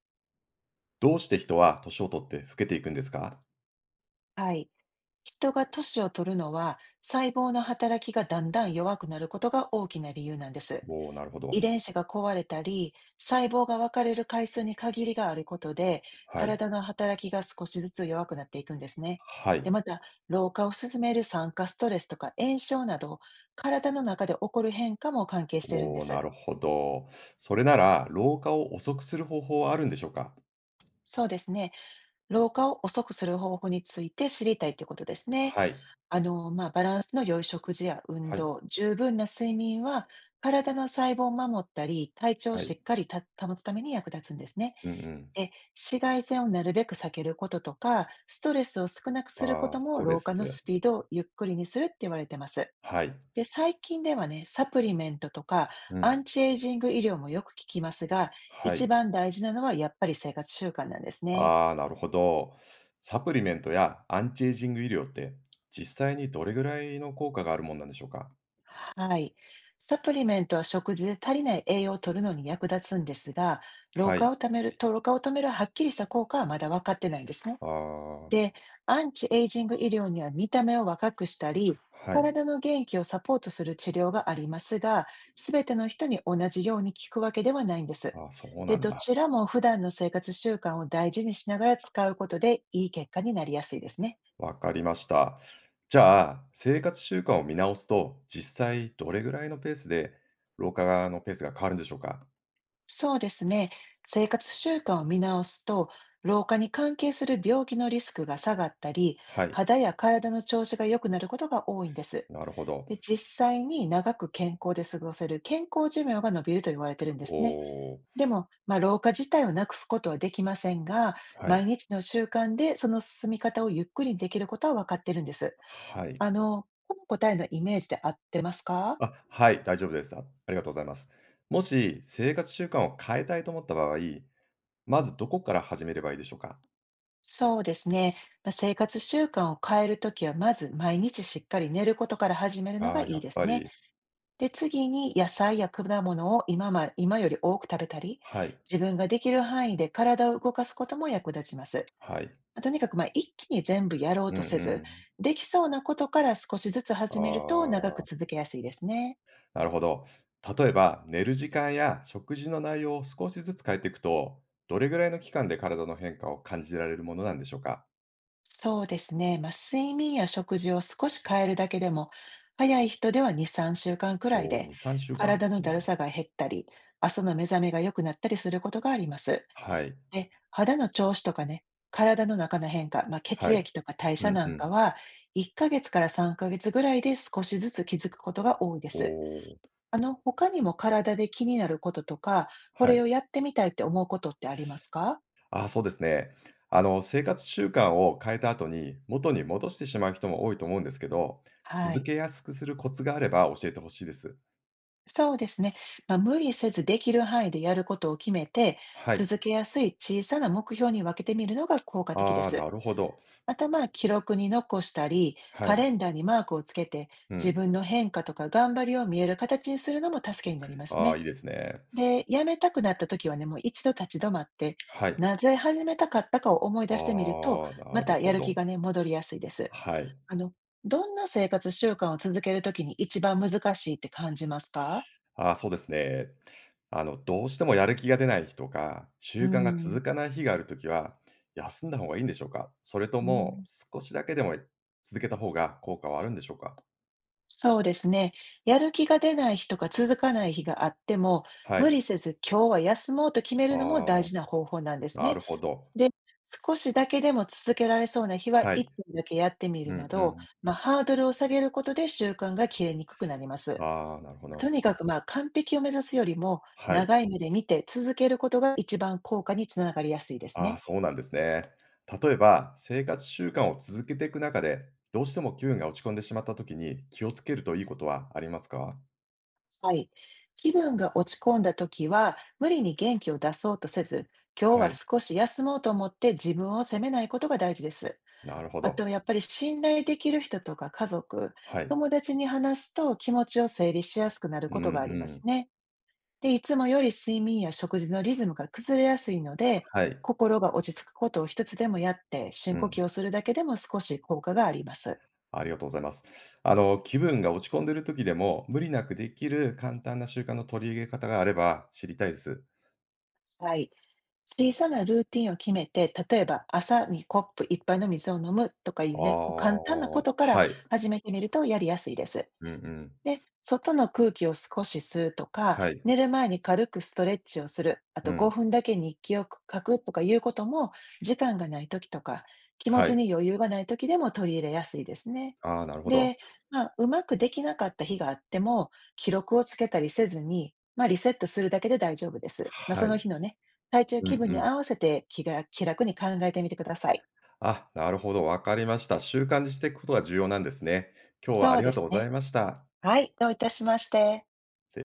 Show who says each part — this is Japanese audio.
Speaker 1: どうして人は年を取って老けていくんですか？
Speaker 2: はい。人が年を取るのは、細胞の働きがだんだん弱くなることが大きな理由なんです。
Speaker 1: おおー、なるほど。
Speaker 2: 遺伝子が壊れたり、細胞が分かれる回数に限りがあることで、
Speaker 1: はい。
Speaker 2: 体の働きが少しずつ弱くなっていくんですね。
Speaker 1: は
Speaker 2: で、
Speaker 1: い。
Speaker 2: また、老化を進める酸化ストレスとか炎症など、体の中で起こる変化も関係してるん
Speaker 1: お
Speaker 2: で
Speaker 1: お、な
Speaker 2: す。
Speaker 1: るほど。それなら、老化を遅くする方法はあるんでしょうか？
Speaker 2: そうですね。老化を遅くする方法について知りたいということですね。
Speaker 1: はい。
Speaker 2: まあ、バランスの良い食事や運
Speaker 1: はい。
Speaker 2: 動、十分な睡眠は、体の細胞を守ったり、体調を
Speaker 1: は
Speaker 2: し
Speaker 1: い。
Speaker 2: っかりた保つために役立つんですね。
Speaker 1: うんうん。
Speaker 2: で、紫外線をなるべく避けることとか、ストレスを少なくするこ
Speaker 1: ああ、
Speaker 2: と
Speaker 1: ス
Speaker 2: も、
Speaker 1: トレ
Speaker 2: 老
Speaker 1: ス。
Speaker 2: 化のスピードをゆっくりにするって言われてます。
Speaker 1: はい。
Speaker 2: で、最近ではね、サプリメントとか、
Speaker 1: う
Speaker 2: ア
Speaker 1: ん。
Speaker 2: ンチエイジング医療もよく聞きますが、
Speaker 1: は
Speaker 2: 一
Speaker 1: い。
Speaker 2: 番大事なのはやっぱり生活習慣なんですね。
Speaker 1: ああ、なるほど。サプリメントやアンチエイジング医療って、実際にどれぐらいの効果があるもんなんでしょうか？
Speaker 2: はい。サプリメントは食事で足りない栄養を取るのに役立つんですが、
Speaker 1: はい。
Speaker 2: 老化を止めるはっきりした効果はまだ分かってないんですね。
Speaker 1: ああ、
Speaker 2: で、アンチエイジング医療には見た目を若くしたり、
Speaker 1: はい。
Speaker 2: 体の元気をサポートする治療がありますが、すべての人に同じように効くわけではないんです。
Speaker 1: ああ、そうな
Speaker 2: で、
Speaker 1: ん
Speaker 2: ど
Speaker 1: だ。
Speaker 2: ちらも普段の生活習慣を大事にしながら使うことでいい結果になりやすいですね。
Speaker 1: わかりました。じゃあ、生活習慣を見直すと、実際どれぐらいのペースで老化のペースが変わるんでしょうか？
Speaker 2: そうですね。生活習慣を見直すと、老化に関係する病気のリスクが下がったり、
Speaker 1: はい、
Speaker 2: 肌や体の調子が良くなることが多いんです。
Speaker 1: なるほど。
Speaker 2: で、実際に長く健康で過ごせる健康寿命が伸びると言われてるんで
Speaker 1: お
Speaker 2: すね。
Speaker 1: お、
Speaker 2: でも、まあ、老化自体をなくすことはできませんが、
Speaker 1: はい、
Speaker 2: 毎日の習慣でその進み方をゆっくりできることは分かってるんです。
Speaker 1: はい。
Speaker 2: この答えのイメージで合ってますか？
Speaker 1: あ、はい、大丈夫です。あありがとうございます。もし生活習慣を変えたいと思った場合、まずどこから始めればいいでしょうか？
Speaker 2: そうですね。まあ、生活習慣を変えるときは、まず毎日しっかり寝ることから始めるのが
Speaker 1: ああ、
Speaker 2: い
Speaker 1: や
Speaker 2: い
Speaker 1: っ
Speaker 2: です
Speaker 1: ぱ
Speaker 2: ね。
Speaker 1: り。
Speaker 2: で、次に野菜や果物を今より多く食べたり、
Speaker 1: はい、
Speaker 2: 自分ができる範囲で体を動かすことも役立ちます。
Speaker 1: はい。
Speaker 2: とにかく一気に全部やろう
Speaker 1: う
Speaker 2: と
Speaker 1: んう
Speaker 2: せず、
Speaker 1: ん。
Speaker 2: できそうなことから少しずつ
Speaker 1: あ
Speaker 2: 始めると長く
Speaker 1: あ。
Speaker 2: 続けやすいですね。
Speaker 1: なるほど。例えば、寝る時間や食事の内容を少しずつ変えていくと、どれぐらいの期間で体の変化を感じられるものなんでしょうか？
Speaker 2: そうですね。まあ、睡眠や食事を少し変えるだけでも、早い人では2、3週間くらい
Speaker 1: おおー、
Speaker 2: で、
Speaker 1: 2、3週間。
Speaker 2: 体の
Speaker 1: う
Speaker 2: だる
Speaker 1: ん、
Speaker 2: さが減ったり、朝の目覚めが良くなったりすることがあります。
Speaker 1: はい、
Speaker 2: で、肌の調子とかね、体の中の変化、まあ、
Speaker 1: は
Speaker 2: 血
Speaker 1: い。
Speaker 2: 液とか代
Speaker 1: う
Speaker 2: 謝
Speaker 1: ん
Speaker 2: な
Speaker 1: う
Speaker 2: んか
Speaker 1: ん。
Speaker 2: は、1ヶ月から3ヶ月ぐらいで少しずつ気づくことが多いで
Speaker 1: お
Speaker 2: す。
Speaker 1: お、
Speaker 2: 他にも体で気になることとか、こ
Speaker 1: は
Speaker 2: れ
Speaker 1: い。
Speaker 2: をやってみたいって思うことってありますか？
Speaker 1: ああ、そうですね。あの、生活習慣を変えた後に、元に戻してしまう人も多いと思うんですけど、
Speaker 2: は
Speaker 1: 続
Speaker 2: い。
Speaker 1: けやすくするコツがあれば教えてほしいです。
Speaker 2: そうですね。まあ、無理せずできる範囲でやることを決めて、
Speaker 1: はい。
Speaker 2: 続けやすい小さな目標に分けてみるのが効果的で
Speaker 1: ああ、
Speaker 2: す。
Speaker 1: なるほど。
Speaker 2: また、まあ、記録に残したり、
Speaker 1: は
Speaker 2: カ
Speaker 1: い。
Speaker 2: レンダーにマークをつけて、
Speaker 1: う
Speaker 2: 自
Speaker 1: ん。
Speaker 2: 分の変化とか頑張りを見える形にするのも助けになります
Speaker 1: ああ、
Speaker 2: ね。
Speaker 1: いいですね。
Speaker 2: で、やめたくなった時はね、もう一度立ち止まって、
Speaker 1: はい。
Speaker 2: なぜ始めたかったかを思い
Speaker 1: あ
Speaker 2: 出してみると、
Speaker 1: あ、
Speaker 2: ま
Speaker 1: なる
Speaker 2: たや
Speaker 1: ほ
Speaker 2: る気
Speaker 1: ど。
Speaker 2: がね、戻りやすいです。
Speaker 1: はい。
Speaker 2: あの、どんな生活習慣を続けるときに一番難しいって感じますか？
Speaker 1: ああ、そうですね。あの、どうしてもやる気が出ない日とか、
Speaker 2: う
Speaker 1: 習慣が
Speaker 2: ん。
Speaker 1: 続かない日があるときは、休んだ方がいいんでしょうか？それと
Speaker 2: うん、
Speaker 1: も、少しだけでも続けた方が効果はあるんでしょうか？
Speaker 2: そうですね。やる気が出ない日とか続かない日があっても、
Speaker 1: は
Speaker 2: 無理
Speaker 1: い。
Speaker 2: せず今日は休もうと決め
Speaker 1: あ
Speaker 2: るのも大
Speaker 1: あ、
Speaker 2: 事な方法なんです
Speaker 1: な
Speaker 2: ね。
Speaker 1: るほど。
Speaker 2: で、少しだけでも続けられそうな日は
Speaker 1: は
Speaker 2: 1
Speaker 1: い。
Speaker 2: 分だけやってみ
Speaker 1: う
Speaker 2: る
Speaker 1: ん
Speaker 2: な
Speaker 1: う
Speaker 2: ど、
Speaker 1: ん。
Speaker 2: まあ、ハードルを下げることで習慣が切れにくくなります。
Speaker 1: ああ、なるほ
Speaker 2: と
Speaker 1: ど。
Speaker 2: にかくまあ完璧を目指すよりも
Speaker 1: はい。
Speaker 2: 長い目で見て続けることが一番効果につながりやすいです
Speaker 1: ああ、
Speaker 2: ね。
Speaker 1: そうなんですね。例えば、生活習慣を続けていく中で、どうしても気分が落ち込んでしまったときに気をつけるといいことはありますか？
Speaker 2: はい。気分が落ち込んだ時は、無理に元気を出そうとせず、今日
Speaker 1: は
Speaker 2: は
Speaker 1: い。
Speaker 2: 少し休もうと思って自分を責めないことが大事です。
Speaker 1: なるほ
Speaker 2: あと、
Speaker 1: ど。
Speaker 2: やっぱり信頼できる人とか家族、
Speaker 1: はい。
Speaker 2: 友達に話すと気持ちを整理しやすくなる
Speaker 1: うん
Speaker 2: ことがありま
Speaker 1: う
Speaker 2: す
Speaker 1: ん。
Speaker 2: ね。で、いつもより睡眠や食事のリズムが崩れやすいので、
Speaker 1: はい。
Speaker 2: 心が落ち着くことを一つでもやって、
Speaker 1: う
Speaker 2: 深呼
Speaker 1: ん。
Speaker 2: 吸をするだけでも少し効果があります。
Speaker 1: ありがとうございます。あの、気分が落ち込んでる時でも、無理なくできる簡単な習慣の取り入れ方があれば知りたいです。
Speaker 2: はい。小さなルーティンを決めて、例えば朝にコップ一杯の水を飲むとかい
Speaker 1: あ
Speaker 2: うね、こう簡単な
Speaker 1: あ、
Speaker 2: こ
Speaker 1: は
Speaker 2: とから
Speaker 1: い。
Speaker 2: 始めてみるとやりやすいです。
Speaker 1: うんうん。
Speaker 2: で、外の空気を少し吸うとか、
Speaker 1: はい。
Speaker 2: 寝る前に軽くストレッチをする、あ
Speaker 1: う
Speaker 2: と
Speaker 1: ん。
Speaker 2: 5分だけ日記を書くとかいうことも、時間がない時とか、気持
Speaker 1: は
Speaker 2: ち
Speaker 1: い。
Speaker 2: に余裕がない時でも取り入れやすいですね。
Speaker 1: ああ、なるほど。
Speaker 2: で、まあ、うまくできなかった日があっても、記録をつけたりせずに、まあ、リセットするだけで大丈夫です。まあ、そ
Speaker 1: は
Speaker 2: の
Speaker 1: い。
Speaker 2: 日のね、体調
Speaker 1: うん
Speaker 2: 気分
Speaker 1: う
Speaker 2: に
Speaker 1: ん。
Speaker 2: 合わせて気楽に考えてみてください。
Speaker 1: あ、なるほど、わかりました。習慣にしていくことが重要なんですね。今日は
Speaker 2: そ
Speaker 1: あ
Speaker 2: う
Speaker 1: り
Speaker 2: で
Speaker 1: がとう
Speaker 2: す
Speaker 1: ござい
Speaker 2: ね。
Speaker 1: ました。
Speaker 2: はい、どういたしまして。